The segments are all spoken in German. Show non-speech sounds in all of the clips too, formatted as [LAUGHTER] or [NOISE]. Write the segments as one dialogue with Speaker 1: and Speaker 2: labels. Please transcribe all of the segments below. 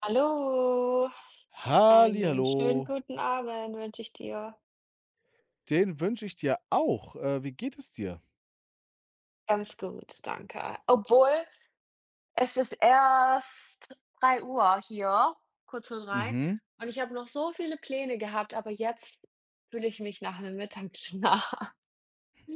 Speaker 1: Hallo, einen
Speaker 2: Hallihallo,
Speaker 1: schönen guten Abend wünsche ich dir.
Speaker 2: den wünsche ich dir auch. Wie geht es dir?
Speaker 1: Ganz gut, danke. Obwohl, es ist erst drei Uhr hier, kurz vor drei,
Speaker 2: Mhm.
Speaker 1: und ich habe noch so viele Pläne gehabt, aber jetzt fühle ich mich nach 'nem Mittagsschlaf. [LAUGHS]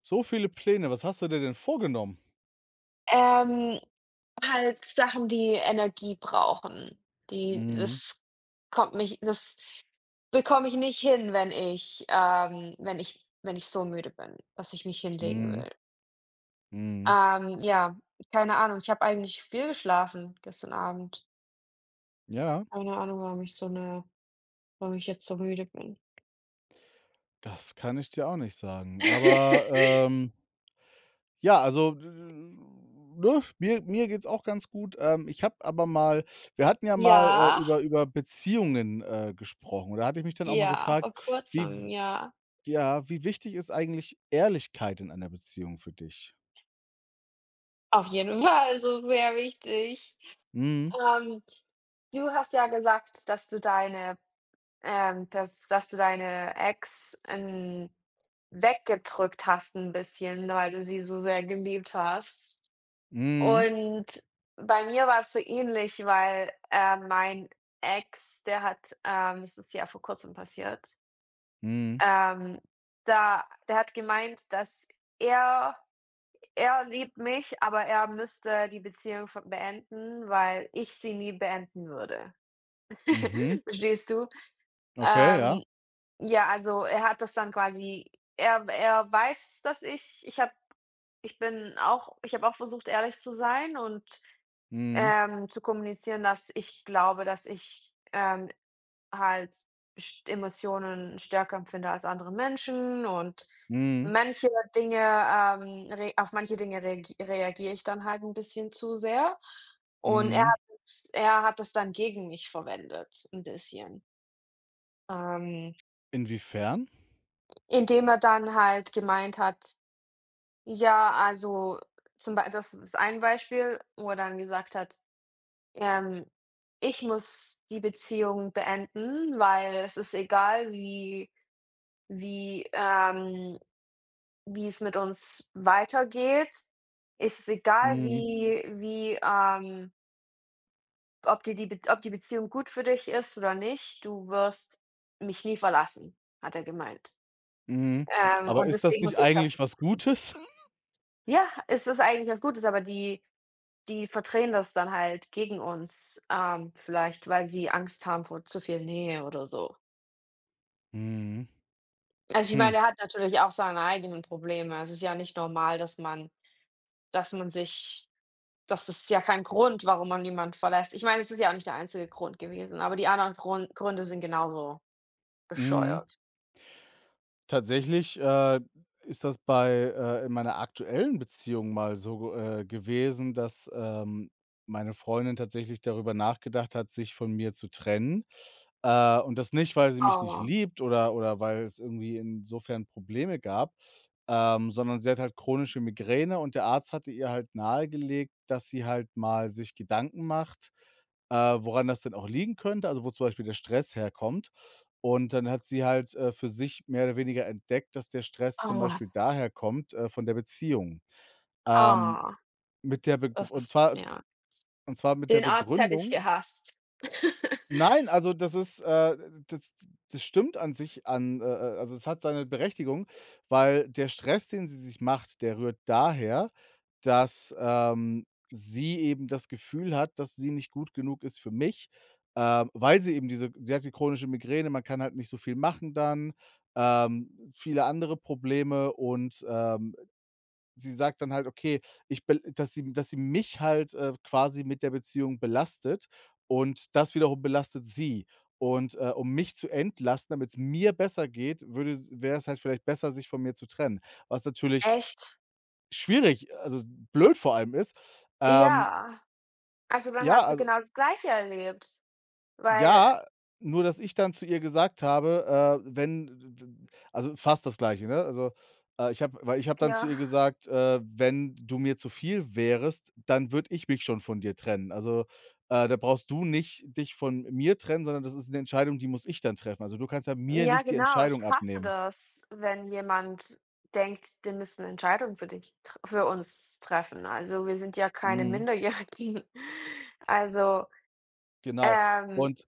Speaker 2: So viele Pläne, was hast du dir denn vorgenommen?
Speaker 1: Ähm, halt Sachen, die Energie brauchen, die
Speaker 2: Mhm,
Speaker 1: das kommt mich das bekomme ich nicht hin, wenn ich, wenn ich wenn ich so müde bin, dass ich mich hinlegen
Speaker 2: mhm,
Speaker 1: will.
Speaker 2: mhm.
Speaker 1: Ja, keine Ahnung. Ich habe eigentlich viel geschlafen gestern Abend.
Speaker 2: Ja,
Speaker 1: Keine Ahnung, warum ich so 'ne warum ich jetzt so müde bin.
Speaker 2: das kann ich dir auch nicht sagen. Aber,
Speaker 1: [LAUGHS]
Speaker 2: ähm, ja, also, d ne, mir geht's auch ganz gut. Ich habe aber mal wir hatten ja mal,
Speaker 1: Ja,
Speaker 2: über Beziehungen, gesprochen und da hatte ich mich dann auch mal
Speaker 1: ja,
Speaker 2: gefragt,
Speaker 1: vor
Speaker 2: wie w
Speaker 1: Kurzem, ja.
Speaker 2: ja, wie wichtig ist eigentlich Ehrlichkeit in einer Beziehung für dich?
Speaker 1: Auf jeden Fall, es ist sehr wichtig.
Speaker 2: Mhm,
Speaker 1: Ähm, du hast ja gesagt, dass du deine dass du deine Ex, weggedrückt hast ein bisschen, weil du sie so sehr geliebt hast.
Speaker 2: mhm.
Speaker 1: Und bei mir war es so ähnlich, weil, mein Ex, der hat, das ist ja vor Kurzem passiert,
Speaker 2: Mhm.
Speaker 1: ähm, da der hat gemeint, dass er er liebt mich, aber er müsste die Beziehung v beenden, weil ich sie nie beenden würde.
Speaker 2: Mhm.
Speaker 1: [LAUGHS] Verstehst du?
Speaker 2: Okay, ja.
Speaker 1: Ähm, ja, also er hat das dann quasi er er weiß, dass ich ich habe ich bin auch ich habe auch versucht, ehrlich zu sein und
Speaker 2: Mhm.
Speaker 1: Zu kommunizieren, dass ich glaube, dass ich, halt best Emotionen stärker empfinde als andere Menschen und
Speaker 2: Mhm.
Speaker 1: manche Dinge, re auf manche Dinge reagi reagiere ich dann halt ein bisschen zu sehr. Und er
Speaker 2: Mhm.
Speaker 1: hat es er hat das dann gegen mich verwendet ein bisschen. ähm,
Speaker 2: Inwiefern?
Speaker 1: Indem er dann halt gemeint hat ja, also, zum Beispiel das ist ein Beispiel, wo er dann gesagt hat: Ähm, ich muss die Beziehung beenden, weil es ist egal, wie wie, wie es mit uns weitergeht. Es ist egal,
Speaker 2: Mhm.
Speaker 1: wie wie, ob dir die Be ob die Beziehung gut für dich ist oder nicht, du wirst mich nie verlassen, hat er gemeint.
Speaker 2: Mhm. Aber
Speaker 1: Und
Speaker 2: ist das
Speaker 1: deswegen muss
Speaker 2: nicht
Speaker 1: ich das
Speaker 2: eigentlich
Speaker 1: jetzt
Speaker 2: was
Speaker 1: machen.
Speaker 2: Gutes? [LAUGHS]
Speaker 1: Ja, es ist eigentlich was Gutes, aber die die verdrehen das dann halt gegen uns, vielleicht, weil sie Angst haben vor zu viel Nähe oder so.
Speaker 2: Mhm.
Speaker 1: Also, ich
Speaker 2: Hm.
Speaker 1: meine, er hat natürlich auch seine eigenen Probleme. Es ist ja nicht normal, dass man sich das ist ja kein Grund, warum man jemand verlässt. Ich meine, es ist ja auch nicht der einzige Grund gewesen, aber die anderen Grund Gründe sind genauso
Speaker 2: Mhm.
Speaker 1: bescheuert.
Speaker 2: Tatsächlich, ist das bei in meiner aktuellen Beziehung mal so, gewesen, dass, meine Freundin tatsächlich darüber nachgedacht hat, sich von mir zu trennen. Und das nicht, weil sie mich nicht
Speaker 1: Oh,
Speaker 2: liebt oder weil es irgendwie insofern Probleme gab, sondern sie hat halt chronische Migräne und der Arzt hatte ihr halt nahegelegt, dass sie halt mal sich Gedanken macht woran das denn auch liegen könnte, also, wo zum Beispiel der Stress herkommt. Und dann hat sie halt, für sich mehr oder weniger entdeckt, dass der Stress zum
Speaker 1: oh,
Speaker 2: Beispiel daher kommt, von der Beziehung. Ähm,
Speaker 1: oh,
Speaker 2: mit der Begrü
Speaker 1: das
Speaker 2: und
Speaker 1: ist
Speaker 2: zwar
Speaker 1: ja.
Speaker 2: und zwar mit der
Speaker 1: Den Arzt hätte ich
Speaker 2: Begründung.
Speaker 1: gehasst. [LAUGHS]
Speaker 2: Nein, also das ist, das das stimmt an sich an also es hat seine Berechtigung, weil der Stress, den sie sich macht, der rührt daher, dass, sie eben das Gefühl hat, dass sie nicht gut genug ist für mich, weil sie eben diese sie hat die chronische Migräne, man kann halt nicht so viel machen dann, viele andere Probleme und, sie sagt dann halt, okay, ich bel dass sie mich halt, quasi mit der Beziehung belastet und das wiederum belastet sie. Und, um mich zu entlasten, damit es mir besser geht, würde wäre es halt vielleicht besser, sich von mir zu trennen. Was natürlich
Speaker 1: Echt?
Speaker 2: schwierig, also blöd vor allem ist. Ähm,
Speaker 1: Ja. Also, dann
Speaker 2: ja,
Speaker 1: hast du
Speaker 2: also,
Speaker 1: genau das Gleiche erlebt, weil
Speaker 2: ja, nur dass ich dann zu ihr gesagt habe, wenn d d also fast das Gleiche, ne? Also, ich habe dann zu ihr
Speaker 1: ja.
Speaker 2: gesagt: Wenn du mir zu viel wärest, dann würde ich mich schon von dir trennen. Also, da brauchst du nicht dich von mir trennen, sondern das ist eine Entscheidung, die muss ich dann treffen. Also, du kannst ja mir
Speaker 1: Ja,
Speaker 2: nicht die
Speaker 1: genau. Ich
Speaker 2: Entscheidung
Speaker 1: hasse
Speaker 2: abnehmen."
Speaker 1: das, wenn jemand denkt, die müssen Entscheidungen für dich tr für uns treffen. Also, wir sind ja keine
Speaker 2: Mhm,
Speaker 1: Minderjährigen. [LAUGHS] Also,
Speaker 2: genau.
Speaker 1: ähm,
Speaker 2: Und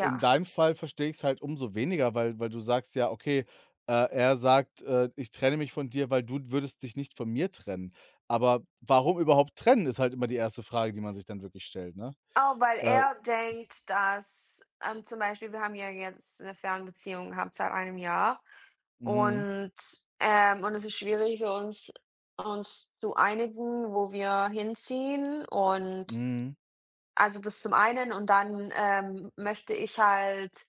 Speaker 2: In deinem Fall verstehe ich es halt umso weniger, weil du sagst ja, okay, er sagt: „Ich trenne mich von dir, weil du würdest dich nicht von mir trennen." Aber warum überhaupt trennen, ist halt immer die erste Frage, die man sich dann wirklich stellt, ne?
Speaker 1: Oh, weil
Speaker 2: Äh,
Speaker 1: er denkt, dass, zum Beispiel, wir haben ja jetzt eine Fernbeziehung gehabt seit einem Jahr
Speaker 2: mhm,
Speaker 1: und, und es ist schwierig für uns, uns zu einigen, wo wir hinziehen und
Speaker 2: mhm,
Speaker 1: also, das zum einen und dann, möchte ich halt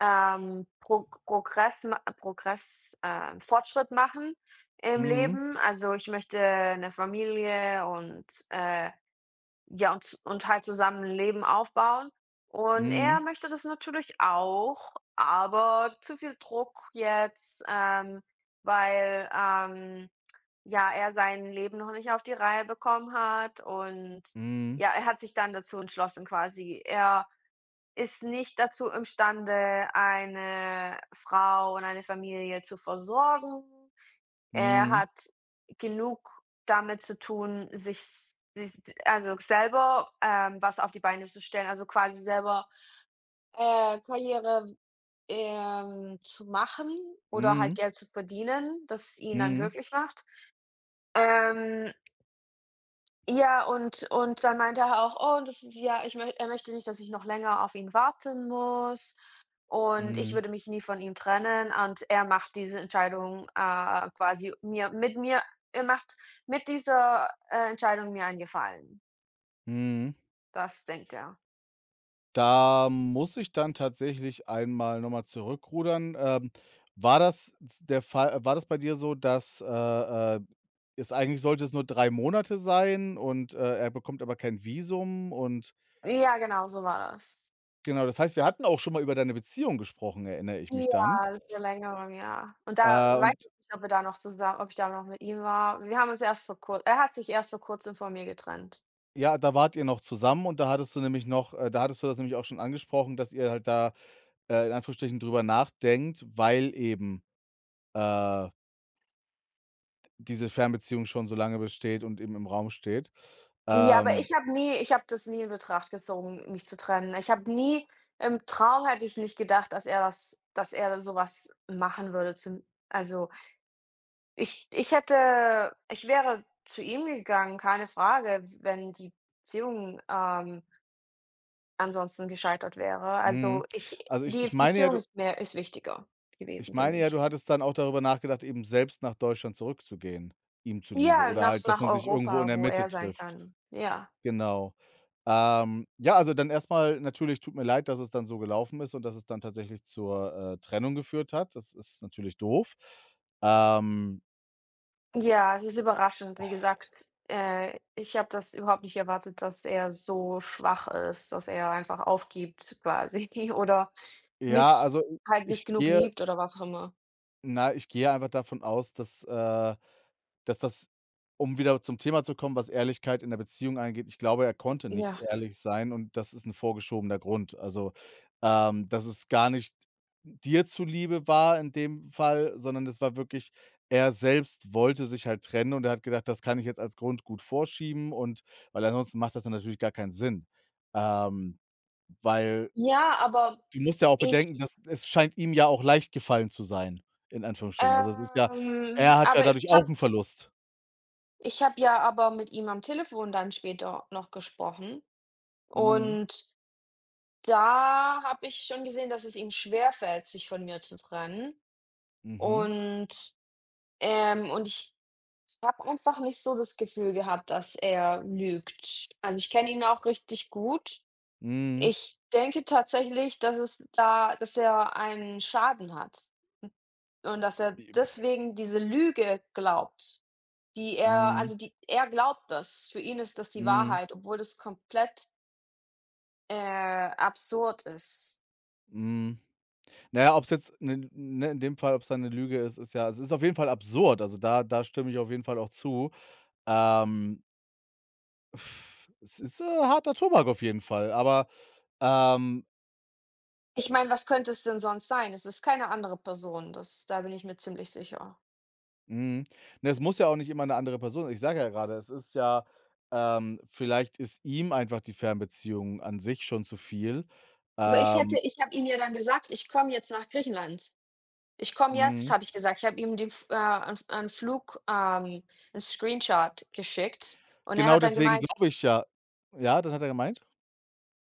Speaker 1: Prog Progress ma Progress Fortschritt machen im
Speaker 2: mhm,
Speaker 1: Leben. Also, ich möchte eine Familie und, ja, und halt zusammen 'n Leben aufbauen. Und er
Speaker 2: mhm,
Speaker 1: möchte das natürlich auch, aber zu viel Druck jetzt, weil, ja, er sein Leben noch nicht auf die Reihe bekommen hat und
Speaker 2: mhm,
Speaker 1: ja, er hat sich dann dazu entschlossen quasi. Er ist nicht dazu imstande, eine Frau und eine Familie zu versorgen. Er
Speaker 2: mhm,
Speaker 1: hat genug damit zu tun, sich s sich also selber, was auf die Beine zu stellen, also quasi selber, Karriere, zu machen oder halt
Speaker 2: mhm,
Speaker 1: Geld zu verdienen, das ihn dann
Speaker 2: mhm,
Speaker 1: glücklich macht. Ähm Ja, und dann meinte er auch: „Oh, das ist ja ich möcht er möchte nicht, dass ich noch länger auf ihn warten muss und ich
Speaker 2: mhm,
Speaker 1: würde mich nie von ihm trennen und er macht diese Entscheidung, quasi mir mit mir er macht mit dieser, Entscheidung mir einen Gefallen.“
Speaker 2: mhm.
Speaker 1: Das denkt er.
Speaker 2: Da muss ich dann tatsächlich einmal nochmal zurückrudern. War das war das bei dir so, dass, äh, es eigentlich sollte es nur 3 Monate sein und, er bekommt aber kein Visum und
Speaker 1: Ja, genau, so war das.
Speaker 2: genau, das heißt, wir hatten auch schon mal über deine Beziehung gesprochen, erinnere ich mich dann.
Speaker 1: Ja, seit Längerem, ja. Und da weiß
Speaker 2: Und
Speaker 1: ich nicht, ob wir da noch zusammen ob ich da noch mit ihm war. Wir haben uns erst vor kur er hat sich erst vor Kurzem von mir getrennt.
Speaker 2: ja, da wart ihr noch zusammen und da hattest du das nämlich auch schon angesprochen, dass ihr halt da, in Anführungsstrichen drüber nachdenkt, weil eben, äh Diese Fernbeziehung schon so lange besteht und eben im Raum steht.
Speaker 1: Ja, aber
Speaker 2: Ähm,
Speaker 1: ich habe nie ich habe das nie in Betracht gezogen, mich zu trennen. Ich habe nie im Traum hätte ich nicht gedacht, dass er das dass er so was machen würde zu also, ich hätte ich wäre zu ihm gegangen, keine Frage, wenn die Beziehung, ansonsten gescheitert wäre.
Speaker 2: mhm.
Speaker 1: Also, ich
Speaker 2: Also,
Speaker 1: die Beziehung ist mehr, ist wichtiger
Speaker 2: ich
Speaker 1: gewesen für
Speaker 2: meine ja, du
Speaker 1: mich.
Speaker 2: hattest dann auch darüber nachgedacht, eben selbst nach Deutschland zurückzugehen, ihm zuliebe
Speaker 1: Ja,
Speaker 2: oder
Speaker 1: nach
Speaker 2: halt, dass man sich irgendwo in
Speaker 1: Europa,
Speaker 2: der
Speaker 1: wo
Speaker 2: Mitte
Speaker 1: er sein
Speaker 2: trifft.
Speaker 1: kann. Ja.
Speaker 2: Genau. Ja, also dann erstmal natürlich tut mir leid, dass es dann so gelaufen ist und dass es dann tatsächlich zur, Trennung geführt hat. Das ist natürlich doof. Ähm,
Speaker 1: Ja, es ist überraschend. Wie gesagt, ich habe das überhaupt nicht erwartet, dass er so schwach ist, dass er einfach aufgibt quasi [LAUGHS] oder
Speaker 2: ja,
Speaker 1: mich
Speaker 2: also,
Speaker 1: halt
Speaker 2: ich
Speaker 1: nicht genug
Speaker 2: gehe
Speaker 1: liebt oder was auch immer.
Speaker 2: ich gehe einfach davon aus, dass, Dass das um wieder zum Thema zu kommen, was Ehrlichkeit in der Beziehung angeht, ich glaube, er konnte nicht
Speaker 1: Ja.
Speaker 2: ehrlich sein und das ist ein vorgeschobener Grund. Also, dass es gar nicht dir zuliebe war in dem Fall, sondern es war wirklich er selbst wollte sich halt trennen und er hat gedacht: „Das kann ich jetzt als Grund gut vorschieben" und weil ansonsten macht das dann natürlich gar keinen Sinn. Ähm, weil
Speaker 1: Ja,
Speaker 2: du musst ja auch
Speaker 1: ich,
Speaker 2: bedenken, dass es scheint ihm ja auch leicht gefallen zu sein, in Anführungsstrichen. Also, es ist ja er hat ja
Speaker 1: aber
Speaker 2: dadurch auch einen Verlust.
Speaker 1: ich habe ja aber mit ihm am Telefon dann später noch gesprochen
Speaker 2: Mhm.
Speaker 1: und da habe ich schon gesehen, dass es ihm schwerfällt, sich von mir zu trennen
Speaker 2: Mhm.
Speaker 1: und und ich habe einfach nicht so das Gefühl gehabt, dass er lügt. Also, ich kenne ihn auch richtig gut.
Speaker 2: Mhm.
Speaker 1: Ich denke tatsächlich, dass es da dass er einen Schaden hat und dass er deswegen diese Lüge glaubt, die er
Speaker 2: Mhm.
Speaker 1: also, die er glaubt das. Für ihn ist das die
Speaker 2: Mhm.
Speaker 1: Wahrheit, obwohl das komplett, äh, absurd ist.
Speaker 2: Mhm. Na ja, ob's jetzt 'ne ne, in dem Fall, ob es eine Lüge ist, ist ja es ist auf jeden Fall absurd. Also, da stimme ich auf jeden Fall auch zu. Ähm, pff, es ist, harter Tobak auf jeden Fall, aber, ähm
Speaker 1: Ich meine, was könnte es denn sonst sein? Es ist keine andere Person, das da bin ich mir ziemlich sicher.
Speaker 2: mhm. Ne, es muss ja auch nicht immer eine andere Person, ich sage ja gerade, es ist ja vielleicht ist ihm einfach die Fernbeziehung an sich schon zu viel.
Speaker 1: Aber ich hätte
Speaker 2: Ähm,
Speaker 1: ich habe ihm ja dann gesagt: „Ich komme jetzt nach Griechenland. Ich komme jetzt“,
Speaker 2: mhm.
Speaker 1: habe ich gesagt. Ich habe ihm den F 'n einen Flug 'n Screenshot geschickt und er
Speaker 2: Genau
Speaker 1: hat dann
Speaker 2: deswegen
Speaker 1: gemeint
Speaker 2: glaube ich ja, ja, das hat er gemeint?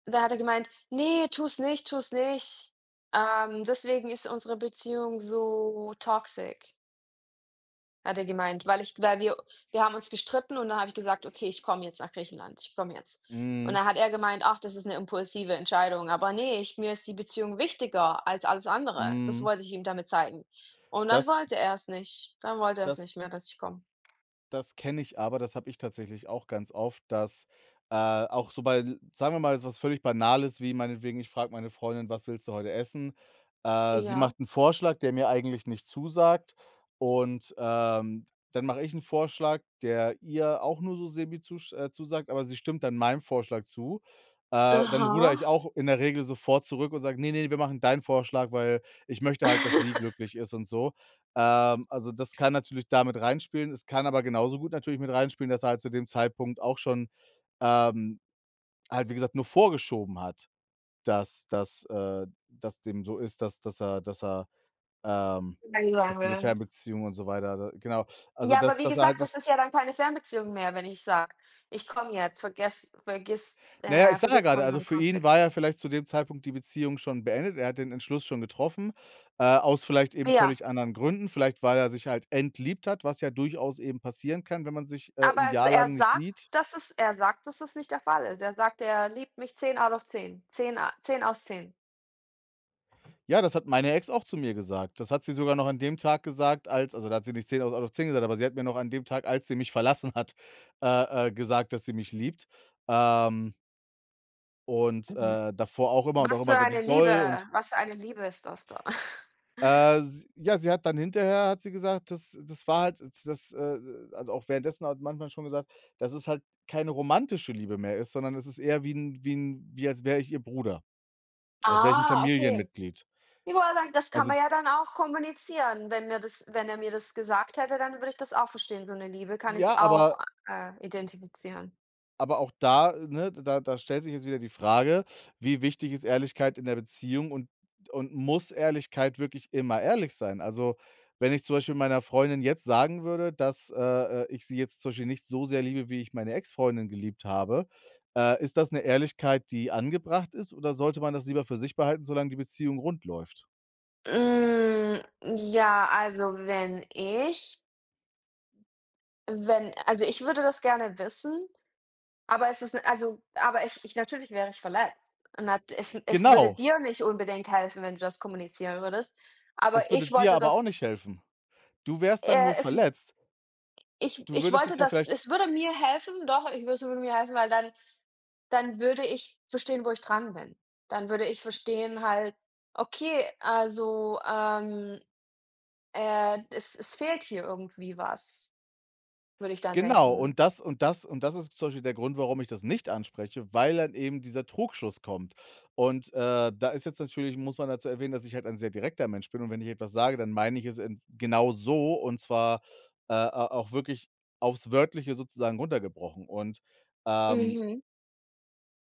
Speaker 1: da hat er gemeint: „Ne, tu's nicht, tu's nicht. Deswegen ist unsere Beziehung so toxic.“ Hat er gemeint, weil ich weil wir haben uns gestritten und dann habe ich gesagt: „Okay, ich komme jetzt nach Griechenland, ich komme jetzt.“ Und
Speaker 2: Mhm,
Speaker 1: dann hat er gemeint: „Ach, das ist eine impulsive Entscheidung.“ Aber nee, ich mir ist die Beziehung wichtiger als alles andere. Das
Speaker 2: mhm.
Speaker 1: wollte ich ihm damit zeigen. Und dann
Speaker 2: Das
Speaker 1: wollte er es nicht. Dann wollte er es
Speaker 2: das
Speaker 1: nicht mehr, dass ich komme.
Speaker 2: das kenne ich aber, das habe ich tatsächlich auch ganz oft, dass, auch so bei sagen wir mal, jetzt was völlig Banales, wie meinetwegen, ich frage meine Freundin: „Was willst du heute essen?" Sie
Speaker 1: Ja.
Speaker 2: macht einen Vorschlag, der mir eigentlich nicht zusagt und, dann mache ich einen Vorschlag, der ihr auch nur so semi zusch zusagt, aber sie stimmt dann meinem Vorschlag zu. Dann ruder ich
Speaker 1: Aha.
Speaker 2: auch in der Regel sofort zurück und sage: nee, nee, wir machen deinen Vorschlag, weil ich möchte halt, dass sie
Speaker 1: [LAUGHS]
Speaker 2: glücklich ist und so." Also, das kann natürlich damit reinspielen. Es kann aber genauso gut natürlich mit reinspielen, dass er halt zu dem Zeitpunkt auch schon, ähm, halt, wie gesagt, nur vorgeschoben hat, dass dem so ist, dass er ähm
Speaker 1: Nein, sagen
Speaker 2: dass diese
Speaker 1: Langsame.
Speaker 2: Fernbeziehung und so weiter da genau. Also,
Speaker 1: Ja, aber
Speaker 2: dass
Speaker 1: wie
Speaker 2: dass er halt
Speaker 1: gesagt,
Speaker 2: einfach
Speaker 1: das ist ja dann keine Fernbeziehung mehr, wenn ich sage: „Ich komme jetzt, vergess vergiss
Speaker 2: naja, ich sage ja
Speaker 1: vergiss
Speaker 2: grade, also,
Speaker 1: unseren
Speaker 2: für ihn
Speaker 1: Konflikt.“
Speaker 2: war ja vielleicht zu dem Zeitpunkt die Beziehung schon beendet. Er hat den Entschluss schon getroffen, aus vielleicht eben
Speaker 1: Ja.
Speaker 2: völlig anderen Gründen. Vielleicht, weil er sich halt entliebt hat, was ja durchaus eben passieren kann, wenn man sich, 'n
Speaker 1: Aber s
Speaker 2: Jahr
Speaker 1: er
Speaker 2: lang nicht sieht.
Speaker 1: sagt, dass es er sagt, dass es nicht der Fall ist. Er sagt, er liebt mich zehn out of zehn zehn a 10 aus 10.
Speaker 2: Ja, das hat meine Ex auch zu mir gesagt. Das hat sie sogar noch an dem Tag gesagt, als also, da hat sie nicht 10 aus out of gesagt, aber sie hat mir noch an dem Tag, als sie mich verlassen hat, [LAUGHS] gesagt, dass sie mich liebt. Ähm, und,
Speaker 1: Mhm.
Speaker 2: davor auch immer und
Speaker 1: Was
Speaker 2: auch immer
Speaker 1: für
Speaker 2: g wie
Speaker 1: eine
Speaker 2: toll
Speaker 1: Liebe
Speaker 2: und,
Speaker 1: was für eine Liebe ist das da? [LAUGHS]
Speaker 2: s ja, sie hat dann hinterher hat sie gesagt, das war halt das, also, auch währenddessen hat manchmal schon gesagt, dass es halt keine romantische Liebe mehr ist, sondern es ist eher wie als wäre ich ihr Bruder, als wäre ich 'n
Speaker 1: Ah, okay.
Speaker 2: Familienmitglied.
Speaker 1: Ich aber sagen, das kann
Speaker 2: Also,
Speaker 1: man ja dann auch kommunizieren. Wenn mir das wenn er mir das gesagt hätte, dann würde ich das auch verstehen. So eine Liebe kann
Speaker 2: ja,
Speaker 1: ich
Speaker 2: aber
Speaker 1: auch, identifizieren.
Speaker 2: Auch da, ne, da stellt sich jetzt wieder die Frage, wie wichtig ist Ehrlichkeit in der Beziehung und muss Ehrlichkeit wirklich immer ehrlich sein? Also, wenn ich zum Beispiel meiner Freundin jetzt sagen würde, dass, ich sie jetzt zum Beispiel nicht so sehr liebe, wie ich meine Ex-Freundin geliebt habe, ist das eine Ehrlichkeit, die angebracht ist, oder sollte man das lieber für sich behalten, solange die Beziehung rund läuft?
Speaker 1: Hm, ja, also, wenn ich wenn also, ich würde das gerne wissen. Aber es ist 'ne also, aber ich natürlich wäre ich verletzt. Nat es es würde
Speaker 2: Genau,
Speaker 1: dir nicht unbedingt helfen, wenn du das kommunizieren würdest.
Speaker 2: es
Speaker 1: Aber
Speaker 2: würde
Speaker 1: ich
Speaker 2: dir
Speaker 1: wollte
Speaker 2: aber
Speaker 1: das
Speaker 2: auch nicht helfen. Du wärst dann nur
Speaker 1: es
Speaker 2: verletzt.
Speaker 1: ich
Speaker 2: Du
Speaker 1: ich
Speaker 2: würdest es
Speaker 1: wollte
Speaker 2: ja
Speaker 1: das
Speaker 2: vielleicht.
Speaker 1: es würde mir helfen, doch, ich würde, es würde mir helfen, weil dann würde ich verstehen, wo ich dran bin. Dann würde ich verstehen halt: „Okay, also, es es fehlt hier irgendwie was“, würde ich dann
Speaker 2: Genau,
Speaker 1: denken.
Speaker 2: und das ist zum Beispiel der Grund, warum ich das nicht anspreche, weil dann eben dieser Trugschluss kommt. Und, da ist jetzt natürlich muss man dazu erwähnen, dass ich halt ein sehr direkter Mensch bin und wenn ich etwas sage, dann meine ich es in genau so und zwar, a auch wirklich aufs Wörtliche sozusagen runtergebrochen. Und, ähm,
Speaker 1: Mhm.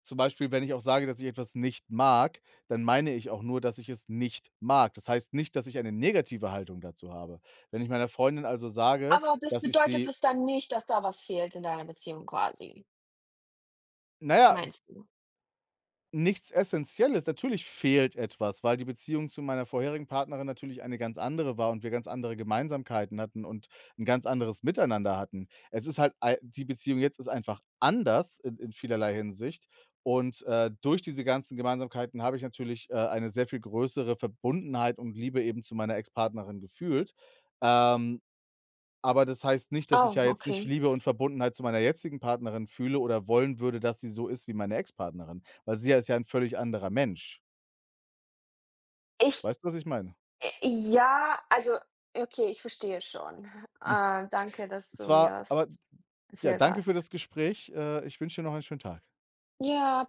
Speaker 2: zum Beispiel, wenn ich auch sage, dass ich etwas nicht mag, dann meine ich auch nur, dass ich es nicht mag. Das heißt nicht, dass ich eine negative Haltung dazu habe. Wenn ich meiner Freundin also sage,
Speaker 1: Aber das
Speaker 2: dass ich
Speaker 1: bedeutet
Speaker 2: sie,
Speaker 1: es dann nicht, dass da was fehlt in deiner Beziehung quasi,
Speaker 2: naja.
Speaker 1: meinst du?
Speaker 2: Nichts Essentielles. Natürlich fehlt etwas, weil die Beziehung zu meiner vorherigen Partnerin natürlich eine ganz andere war und wir ganz andere Gemeinsamkeiten hatten und ein ganz anderes Miteinander hatten. Es ist halt ei die Beziehung jetzt ist einfach anders in vielerlei Hinsicht und, durch diese ganzen Gemeinsamkeiten habe ich natürlich, eine sehr viel größere Verbundenheit und Liebe eben zu meiner Ex-Partnerin gefühlt. Ähm aber das heißt nicht, dass ich
Speaker 1: Oh,
Speaker 2: ja jetzt nicht
Speaker 1: okay.
Speaker 2: Liebe und Verbundenheit zu meiner jetzigen Partnerin fühle oder wollen würde, dass sie so ist wie meine Ex-Partnerin, weil sie ja ist ja ein völlig anderer Mensch.
Speaker 1: Ich
Speaker 2: Weißt du, was ich meine?
Speaker 1: ja, also okay, ich verstehe schon.
Speaker 2: [LAUGHS]
Speaker 1: Danke, dass
Speaker 2: Es
Speaker 1: du mir
Speaker 2: war
Speaker 1: das
Speaker 2: aber ja,
Speaker 1: erzählt
Speaker 2: danke für
Speaker 1: hast.
Speaker 2: das Gespräch. Ich wünsche dir noch einen schönen Tag.
Speaker 1: Ja,